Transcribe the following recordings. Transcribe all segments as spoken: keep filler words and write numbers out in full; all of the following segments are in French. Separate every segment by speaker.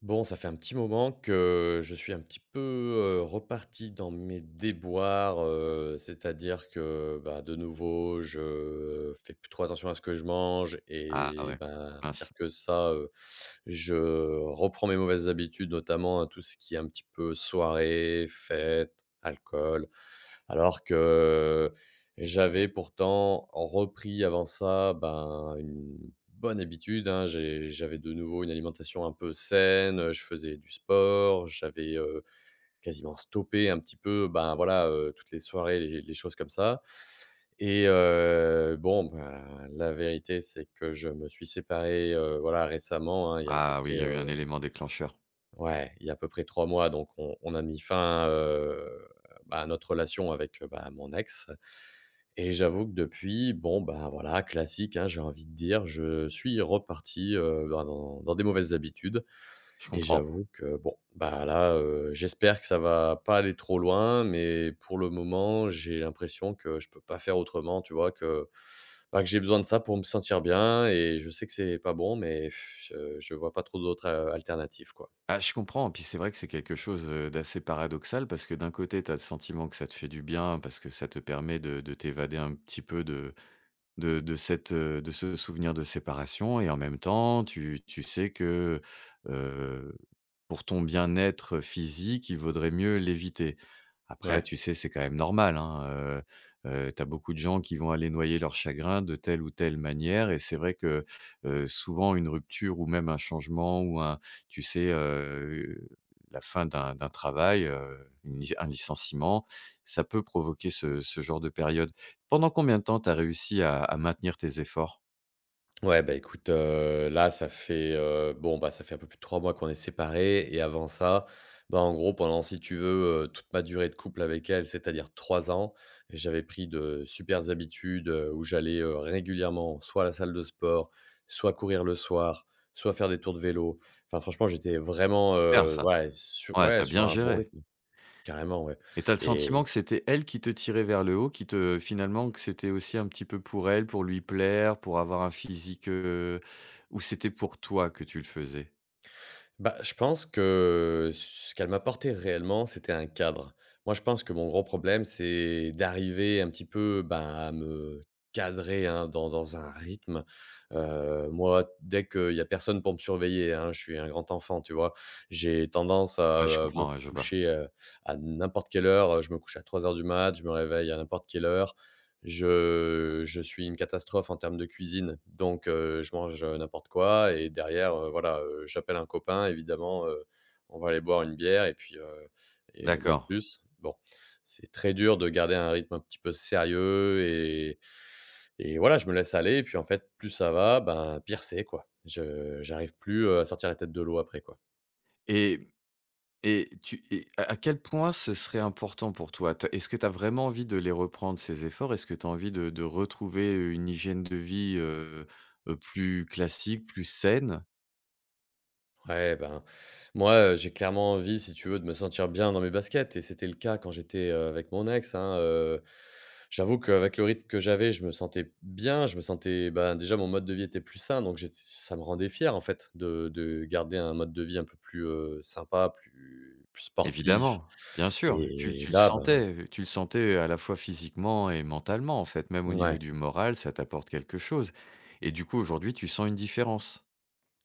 Speaker 1: Bon, ça fait un petit moment que je suis un petit peu, heu, reparti dans mes déboires, heu, c'est-à-dire que, bah, de nouveau, je fais plus trop attention à ce que je mange
Speaker 2: Ah
Speaker 1: et
Speaker 2: ouais,
Speaker 1: ben, pire
Speaker 2: mince.
Speaker 1: que ça, heu, je reprends mes mauvaises habitudes, notamment, hein, tout ce qui est un petit peu soirée, fête, alcool. Alors que j'avais pourtant repris avant ça, ben, une bonne habitude, hein, j'ai j'avais de nouveau une alimentation un peu saine, heu, je faisais du sport, j'avais, heu, quasiment stoppé un petit peu, ben, voilà, heu, toutes les soirées, les les choses comme ça. Et heu, bon, ben, la vérité, c'est que je me suis séparé, heu, voilà, récemment, hein, il y a à peu
Speaker 2: Ah oui,
Speaker 1: près,
Speaker 2: il y a eu un
Speaker 1: heu,
Speaker 2: élément déclencheur.
Speaker 1: ouais, il y a à peu près trois mois, donc on on a mis fin, heu, bah, à notre relation avec, heu, bah, mon ex. Et j'avoue que depuis, bon, ben, voilà, classique, hein, j'ai envie de dire, je suis reparti, heu, ben, dans dans des mauvaises habitudes.
Speaker 2: Je
Speaker 1: Et
Speaker 2: comprends.
Speaker 1: j'avoue que bon, bah, là, heu, j'espère que ça va pas aller trop loin, mais pour le moment, j'ai l'impression que je peux pas faire autrement, tu vois? Que, bah, que j'ai besoin de ça pour me sentir bien et je sais que c'est pas bon, mais pff, je je vois pas trop d'autres, heu, alternatives, quoi.
Speaker 2: Ah, je comprends, puis c'est vrai que c'est quelque chose, heu, d'assez paradoxal parce que d'un côté, tu as le sentiment que ça te fait du bien parce que ça te permet de de t'évader un petit peu de De de cette, heu, de ce souvenir de séparation et en même temps, tu tu sais que, heu, pour ton bien-être physique, il vaudrait mieux l'éviter. Après,
Speaker 1: Ouais.
Speaker 2: tu sais, c'est quand même normal, hein, heu, tu as beaucoup de gens qui vont aller noyer leur chagrin de telle ou telle manière et c'est vrai que, heu, souvent une rupture ou même un changement ou un tu sais, heu, la fin d'un d'un travail, heu, une lic un licenciement, ça peut provoquer ce ce genre de période. Pendant combien de temps tu as réussi à à maintenir tes efforts?
Speaker 1: Ouais, bah, écoute, heu, là, ça fait, heu, bon, bah, ça fait un peu plus de trois mois qu'on est séparés et avant ça, bah, en gros, pendant, si tu veux, heu, toute ma durée de couple avec elle, c'est-à-dire trois ans, j'avais pris de supers habitudes, heu, où j'allais, heu, régulièrement soit à la salle de sport, soit courir le soir, soit faire des tours de vélo. Enfin, franchement, j'étais vraiment,
Speaker 2: Bien
Speaker 1: heu,
Speaker 2: ça.
Speaker 1: ouais, su
Speaker 2: Ouais, tu
Speaker 1: ouais,
Speaker 2: as
Speaker 1: sur
Speaker 2: bien
Speaker 1: un bon
Speaker 2: géré
Speaker 1: rythme, carrément, ouais.
Speaker 2: et tu as le sentiment
Speaker 1: Et
Speaker 2: que c'était elle qui te tirait vers le haut, qui te finalement que c'était aussi un petit peu pour elle, pour lui plaire, pour avoir un physique, heu, ou c'était pour toi que tu le faisais?
Speaker 1: bah, je pense que ce qu'elle m'apportait réellement, c'était un cadre. Moi, je pense que mon gros problème, c'est d'arriver un petit peu, ben, à me cadrer, hein, dans dans un rythme. Heu, moi, dès qu'il y a personne pour me surveiller, hein, je suis un grand enfant, tu vois? J'ai tendance à,
Speaker 2: Ouais, je
Speaker 1: heu, me
Speaker 2: comprends, ouais, je vois.
Speaker 1: coucher, heu, à n'importe quelle heure, je me couche à trois heures du mat, je me réveille à n'importe quelle heure. Je je suis une catastrophe en termes de cuisine, donc heu, je mange, heu, n'importe quoi et derrière, heu, voilà, heu, j'appelle un copain évidemment, heu, on va aller boire une bière et puis, heu et même
Speaker 2: D'accord
Speaker 1: plus. Bon, c'est très dur de garder un rythme un petit peu sérieux et et voilà, je me laisse aller et puis en fait, plus ça va, ben, pire c'est quoi. Je j'arrive plus, heu, à sortir la tête de l'eau après, quoi.
Speaker 2: et et tu et à à quel point ce serait important pour toi? Tu Est-ce que tu as vraiment envie de les reprendre ces efforts? Est-ce que tu as envie de de retrouver une hygiène de vie, heu heu, plus classique, plus saine?
Speaker 1: Ouais, ben, moi, heu, j'ai clairement envie, si tu veux, de me sentir bien dans mes baskets et c'était le cas quand j'étais, heu, avec mon ex, hein, heu. J'avoue qu'avec le rythme que j'avais, je me sentais bien, je me sentais, ben, déjà mon mode de vie était plus sain donc j'ét ça me rendait fier, en fait, de de garder un mode de vie un peu plus, heu, sympa, plus plus sportif
Speaker 2: Évidemment, bien sûr, tu
Speaker 1: et
Speaker 2: tu le
Speaker 1: là, ben,
Speaker 2: sentais, tu le sentais à la fois physiquement et mentalement, en fait, même au
Speaker 1: ouais.
Speaker 2: niveau du moral, ça t'apporte quelque chose et du coup, aujourd'hui, tu sens une différence.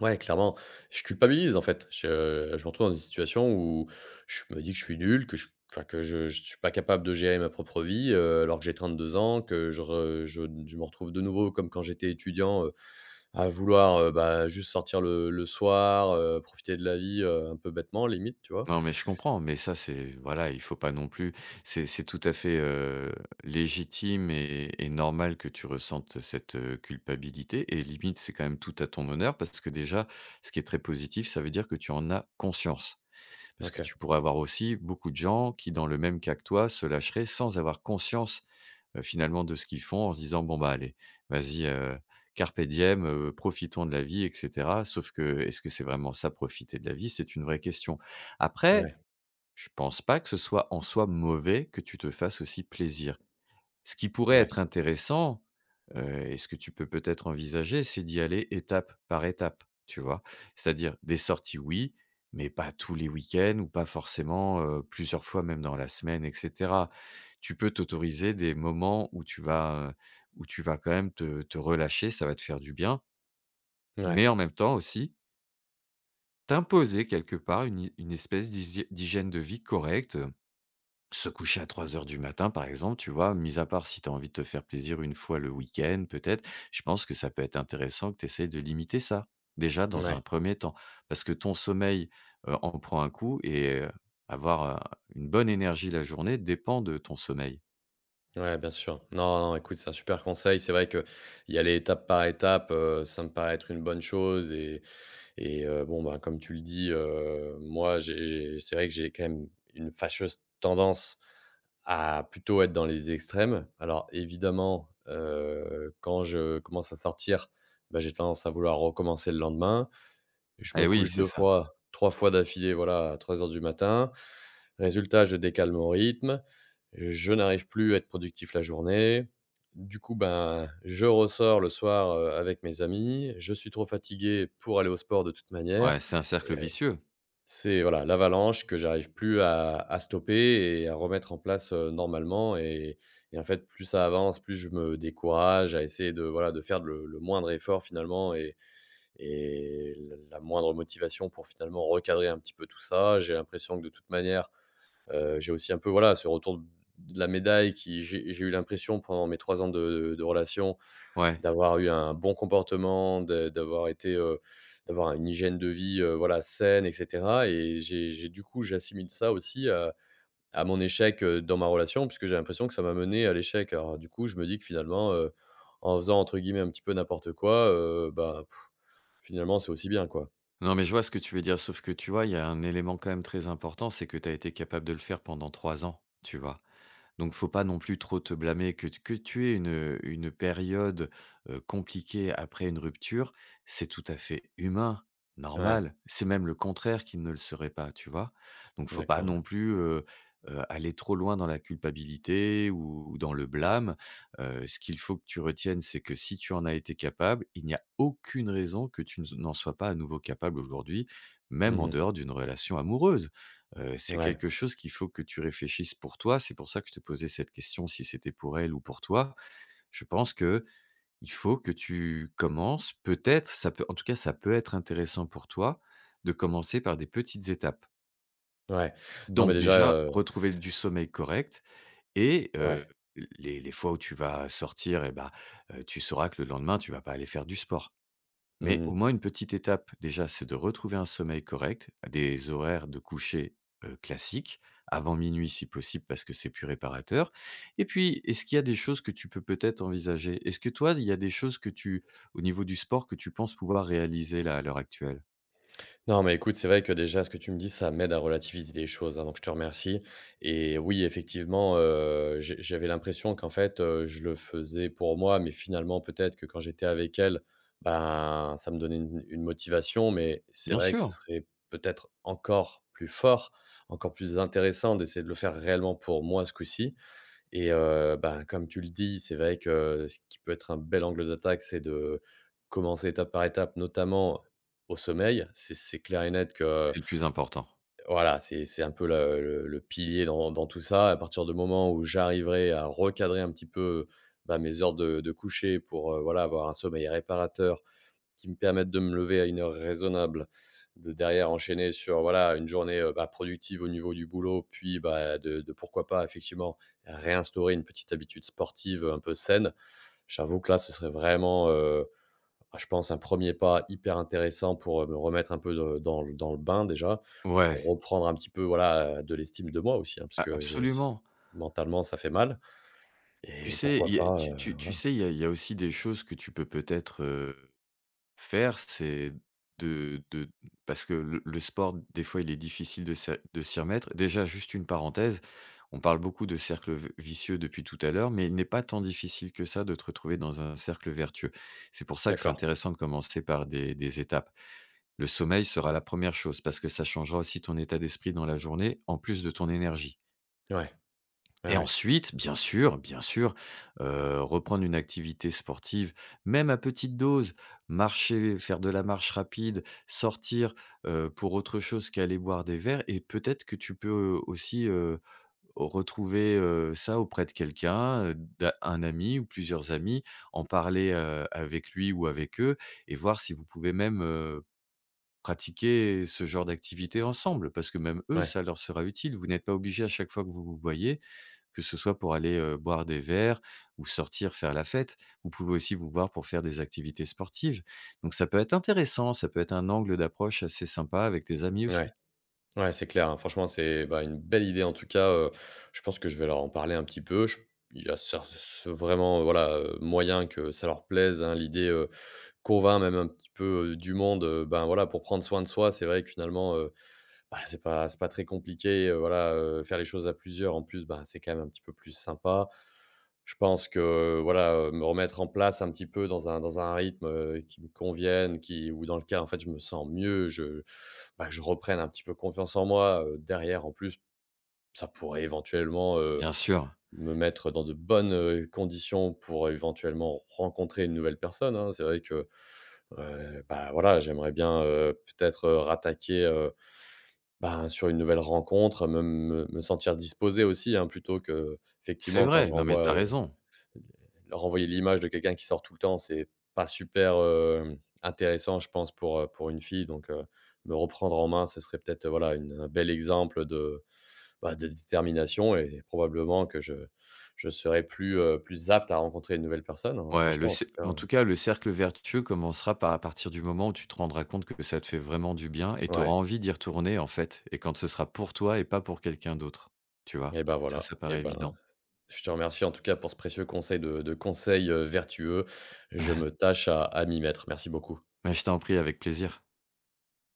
Speaker 1: Ouais, clairement. Je culpabilise en fait. Je je me retrouve dans une situation où je me dis que je suis nul, que je enfin que je je suis pas capable de gérer ma propre vie, heu, alors que j'ai trente-deux ans, que je re je je me retrouve de nouveau comme quand j'étais étudiant, heu, à vouloir, heu, bah, juste sortir le le soir, heu, profiter de la vie, heu, un peu bêtement limite, tu vois?
Speaker 2: Non, mais je comprends, mais ça, c'est voilà, il faut pas non plus c'est c'est tout à fait, heu, légitime et et normal que tu ressentes cette, heu, culpabilité et limite, c'est quand même tout à ton honneur parce que déjà, ce qui est très positif, ça veut dire que tu en as conscience. Parce que
Speaker 1: OK.
Speaker 2: tu pourrais avoir aussi beaucoup de gens qui, dans le même cas que toi, se lâcheraient sans avoir conscience heu, finalement de ce qu'ils font en se disant: «Bon, bah, allez, vas-y, heu, carpe diem, heu, profitons de la vie» et cetera. Sauf que, est-ce que c'est vraiment ça profiter de la vie? C'est une vraie question. Après,
Speaker 1: Ouais,
Speaker 2: je pense pas que ce soit en soi mauvais que tu te fasses aussi plaisir. Ce qui pourrait
Speaker 1: ouais,
Speaker 2: être intéressant, heu et ce que tu peux peut-être envisager, c'est d'y aller étape par étape, tu vois? C'est-à-dire des sorties oui, mais pas tous les week-ends ou pas forcément, heu, plusieurs fois même dans la semaine et cetera. Tu peux t'autoriser des moments où tu vas, heu, où tu vas quand même te te relâcher, ça va te faire du bien,
Speaker 1: ouais,
Speaker 2: mais en même temps aussi, t'imposer quelque part une une espèce d'hysie d'hygiène de vie correcte. Se coucher à trois heures du matin, par exemple, tu vois? Mis à part si tu as envie de te faire plaisir une fois le week-end peut-être, je pense que ça peut être intéressant que tu essayes de limiter ça, déjà dans
Speaker 1: ouais,
Speaker 2: un premier temps. Parce que ton sommeil, heu, en prend un coup et heu, avoir, heu, une bonne énergie la journée dépend de ton sommeil.
Speaker 1: ouais, bien sûr. Non, non, écoute, c'est un super conseil. C'est vrai qu'il y aller étape par étape, heu, ça me paraît être une bonne chose. et Et heu, bon, ben, comme tu le dis, heu, moi, j'ai j'ai c'est vrai que j'ai quand même une fâcheuse tendance à plutôt être dans les extrêmes. Alors évidemment, heu, quand je commence à sortir, bah, j'ai tendance à vouloir recommencer le lendemain. Je me
Speaker 2: Eh oui,
Speaker 1: couche
Speaker 2: c'est
Speaker 1: deux
Speaker 2: ça.
Speaker 1: fois, trois fois d'affilée, voilà, à trois heures du matin. Résultat, je décale mon rythme, je n'arrive plus à être productif la journée. Du coup, ben, je ressors le soir, heu, avec mes amis. Je suis trop fatigué pour aller au sport de toute manière.
Speaker 2: Ouais, c'est un cercle
Speaker 1: Et euh,
Speaker 2: vicieux.
Speaker 1: c'est voilà, l'avalanche que j'arrive plus à à stopper et à remettre en place, heu, normalement. et et en fait, plus ça avance, plus je me décourage à essayer de, voilà, de faire le le moindre effort finalement et et la la moindre motivation pour finalement recadrer un petit peu tout ça. J'ai l'impression que de toute manière, heu, j'ai aussi un peu, voilà, ce retour de la médaille qui j'ai j'ai eu l'impression pendant mes trois ans de de relation
Speaker 2: Ouais.
Speaker 1: d'avoir eu un bon comportement, de d'avoir été, heu, d'avoir une hygiène de vie, heu, voilà, saine et cetera et j'ai j'ai du coup, j'assimile ça aussi à à mon échec, heu, dans ma relation puisque j'ai l'impression que ça m'a mené à l'échec. Alors du coup, je me dis que finalement, heu, en faisant entre guillemets «un petit peu n'importe quoi», heu, bah, pff, finalement c'est aussi bien, quoi.
Speaker 2: Non, mais je vois ce que tu veux dire, sauf que tu vois, il y a un élément quand même très important, c'est que tu as été capable de le faire pendant trois ans, tu vois? Donc faut pas non plus trop te blâmer que t que tu aies une, une période, heu, compliquée après une rupture, c'est tout à fait humain,
Speaker 1: Ouais,
Speaker 2: normal. C'est même le contraire qui ne le serait pas, tu vois? Donc faut pas
Speaker 1: d'accord, ouais.
Speaker 2: non plus, heu heu, aller trop loin dans la culpabilité ou ou dans le blâme. Heu, ce qu'il faut que tu retiennes, c'est que si tu en as été capable, il n'y a aucune raison que tu n'en sois pas à nouveau capable aujourd'hui, même en
Speaker 1: Mmh.
Speaker 2: dehors d'une relation amoureuse. Heu, c'est
Speaker 1: Ouais,
Speaker 2: quelque chose qu'il faut que tu réfléchisses pour toi. C'est pour ça que je te posais cette question, si c'était pour elle ou pour toi. Je pense que il faut que tu commences peut-être, ça peut en tout cas, ça peut être intéressant pour toi de commencer par des petites étapes.
Speaker 1: ouais. Non, mais
Speaker 2: Donc
Speaker 1: déjà,
Speaker 2: déjà,
Speaker 1: heu,
Speaker 2: retrouver du sommeil correct et heu,
Speaker 1: ouais.
Speaker 2: les les fois où tu vas sortir et ben heu, tu sauras que le lendemain, tu vas pas aller faire du sport. Mais
Speaker 1: Mmh.
Speaker 2: au moins une petite étape, déjà, c'est de retrouver un sommeil correct, des horaires de coucher euh, classiques, avant minuit si possible, parce que c'est plus réparateur. Et puis, est-ce qu'il y a des choses que tu peux peut-être envisager. Est-ce que toi, il y a des choses que tu, au niveau du sport, que tu penses pouvoir réaliser là, à l'heure actuelle?
Speaker 1: Non, mais écoute, c'est vrai que déjà, ce que tu me dis, ça m'aide à relativiser les choses, hein, donc je te remercie. Et oui, effectivement, heu, j'ai j'avais l'impression qu'en fait, heu, je le faisais pour moi, mais finalement, peut-être que quand j'étais avec elle, ben, ça me donnait une une motivation, mais c'est
Speaker 2: Bien
Speaker 1: vrai que ce
Speaker 2: sûr,
Speaker 1: serait peut-être encore plus fort, encore plus intéressant d'essayer de le faire réellement pour moi ce coup-ci. Et heu, ben, comme tu le dis, c'est vrai que ce qui peut être un bel angle d'attaque, c'est de commencer étape par étape, notamment au sommeil. C'est c'est clair et net que,
Speaker 2: c'est le plus important.
Speaker 1: voilà, c'est c'est un peu le le le pilier dans dans tout ça. À partir du moment où j'arriverai à recadrer un petit peu, bah, mes heures de de coucher pour, heu, voilà, avoir un sommeil réparateur qui me permettent de me lever à une heure raisonnable, de derrière enchaîner sur, voilà, une journée, heu, bah, productive au niveau du boulot, puis, bah, de de pourquoi pas effectivement réinstaurer une petite habitude sportive, un peu saine. J'avoue que là, ce serait vraiment, heu, bah, je pense un premier pas hyper intéressant pour, heu, me remettre un peu de dans le dans le bain déjà,
Speaker 2: Ouais,
Speaker 1: pour reprendre un petit peu, voilà, de l'estime de moi aussi, hein, parce
Speaker 2: a-
Speaker 1: que j'ai c'est
Speaker 2: absolument.
Speaker 1: mentalement ça fait mal
Speaker 2: Tu
Speaker 1: et
Speaker 2: sais,
Speaker 1: pourquoi
Speaker 2: il y a-
Speaker 1: pas,
Speaker 2: tu,
Speaker 1: heu,
Speaker 2: tu- tu
Speaker 1: voilà.
Speaker 2: sais, il y a, il y a aussi des choses que tu peux peut-être faire, c'est de de parce que le le sport, des fois, il est difficile de se de s'y remettre. Déjà, juste une parenthèse, on parle beaucoup de cercle v vicieux depuis tout à l'heure, mais il n'est pas tant difficile que ça de te retrouver dans un cercle vertueux. C'est pour ça que c'est
Speaker 1: D'accord.
Speaker 2: intéressant de commencer par des des étapes. Le sommeil sera la première chose parce que ça changera aussi ton état d'esprit dans la journée, en plus de ton énergie.
Speaker 1: Ouais. Ouais,
Speaker 2: Et
Speaker 1: ouais.
Speaker 2: ensuite, bien sûr, bien sûr, heu, reprendre une activité sportive, même à petite dose, marcher, faire de la marche rapide, sortir, heu, pour autre chose qu'aller boire des verres et peut-être que tu peux aussi, heu, retrouver, heu, ça auprès de quelqu'un, heu, d'a un ami ou plusieurs amis, en parler, heu, avec lui ou avec eux et voir si vous pouvez même, heu, pratiquer ce genre d'activité ensemble. Parce que même eux,
Speaker 1: Ouais.
Speaker 2: ça leur sera utile. Vous n'êtes pas obligé à chaque fois que vous vous voyez que ce soit pour aller, heu, boire des verres ou sortir faire la fête. Vous pouvez aussi vous voir pour faire des activités sportives. Donc ça peut être intéressant, ça peut être un angle d'approche assez sympa avec tes amis
Speaker 1: Ouais.
Speaker 2: aussi.
Speaker 1: Ouais, c'est clair, hein. Franchement, c'est, bah, une belle idée en tout cas, heu, je pense que je vais leur en parler un petit peu. Je il y a cer ce vraiment, euh, voilà, heu, moyen que ça leur plaise, hein. L'idée, heu, qu'on même un petit peu, heu, du monde, heu, ben, voilà, pour prendre soin de soi. C'est vrai que finalement, bah, c'est pas c'est pas très compliqué, heu, voilà, heu, faire les choses à plusieurs en plus, bah, c'est quand même un petit peu plus sympa. Je pense que, voilà, heu, me remettre en place un petit peu dans un dans un rythme, heu, qui me convienne, qui ou dans lequel, en fait, je me sens mieux, je bah, je reprenne un petit peu confiance en moi, heu, derrière en plus, ça pourrait éventuellement, heu,
Speaker 2: Bien sûr,
Speaker 1: me mettre dans de bonnes, heu, conditions pour éventuellement rencontrer une nouvelle personne, hein. C'est vrai que, heu, bah, voilà, j'aimerais bien, heu, peut-être, heu, rattaquer, euh, ben, sur une nouvelle rencontre, me me me sentir disposé aussi, hein, plutôt que,
Speaker 2: c'est
Speaker 1: effectivement quand
Speaker 2: vrai,
Speaker 1: je
Speaker 2: non, mais t'as
Speaker 1: renvoie, heu,
Speaker 2: raison.
Speaker 1: leur renvoyer l'image de quelqu'un qui sort tout le temps, c'est pas super, hem, intéressant je pense pour, heu, pour une fille donc heu, me reprendre en main, ce serait peut-être, euh, voilà, une un bel exemple de, bah, de détermination et probablement que je je serais plus, heu, plus apte à rencontrer une nouvelle personne, hein,
Speaker 2: Ouais, le
Speaker 1: franchement en
Speaker 2: cer
Speaker 1: tout cas,
Speaker 2: en tout cas, le cercle vertueux commencera par à partir du moment où tu te rendras compte que ça te fait vraiment du bien et tu
Speaker 1: ouais
Speaker 2: auras envie d'y retourner, en fait et quand ce sera pour toi et pas pour quelqu'un d'autre, tu vois?
Speaker 1: et ben
Speaker 2: Ça,
Speaker 1: voilà
Speaker 2: ça
Speaker 1: et
Speaker 2: paraît
Speaker 1: ben,
Speaker 2: évident.
Speaker 1: je te remercie en tout cas pour ce précieux conseil de de conseil, heu, vertueux. Je me tâche à à m'y mettre. Merci beaucoup.
Speaker 2: Mais je t'en prie, avec plaisir.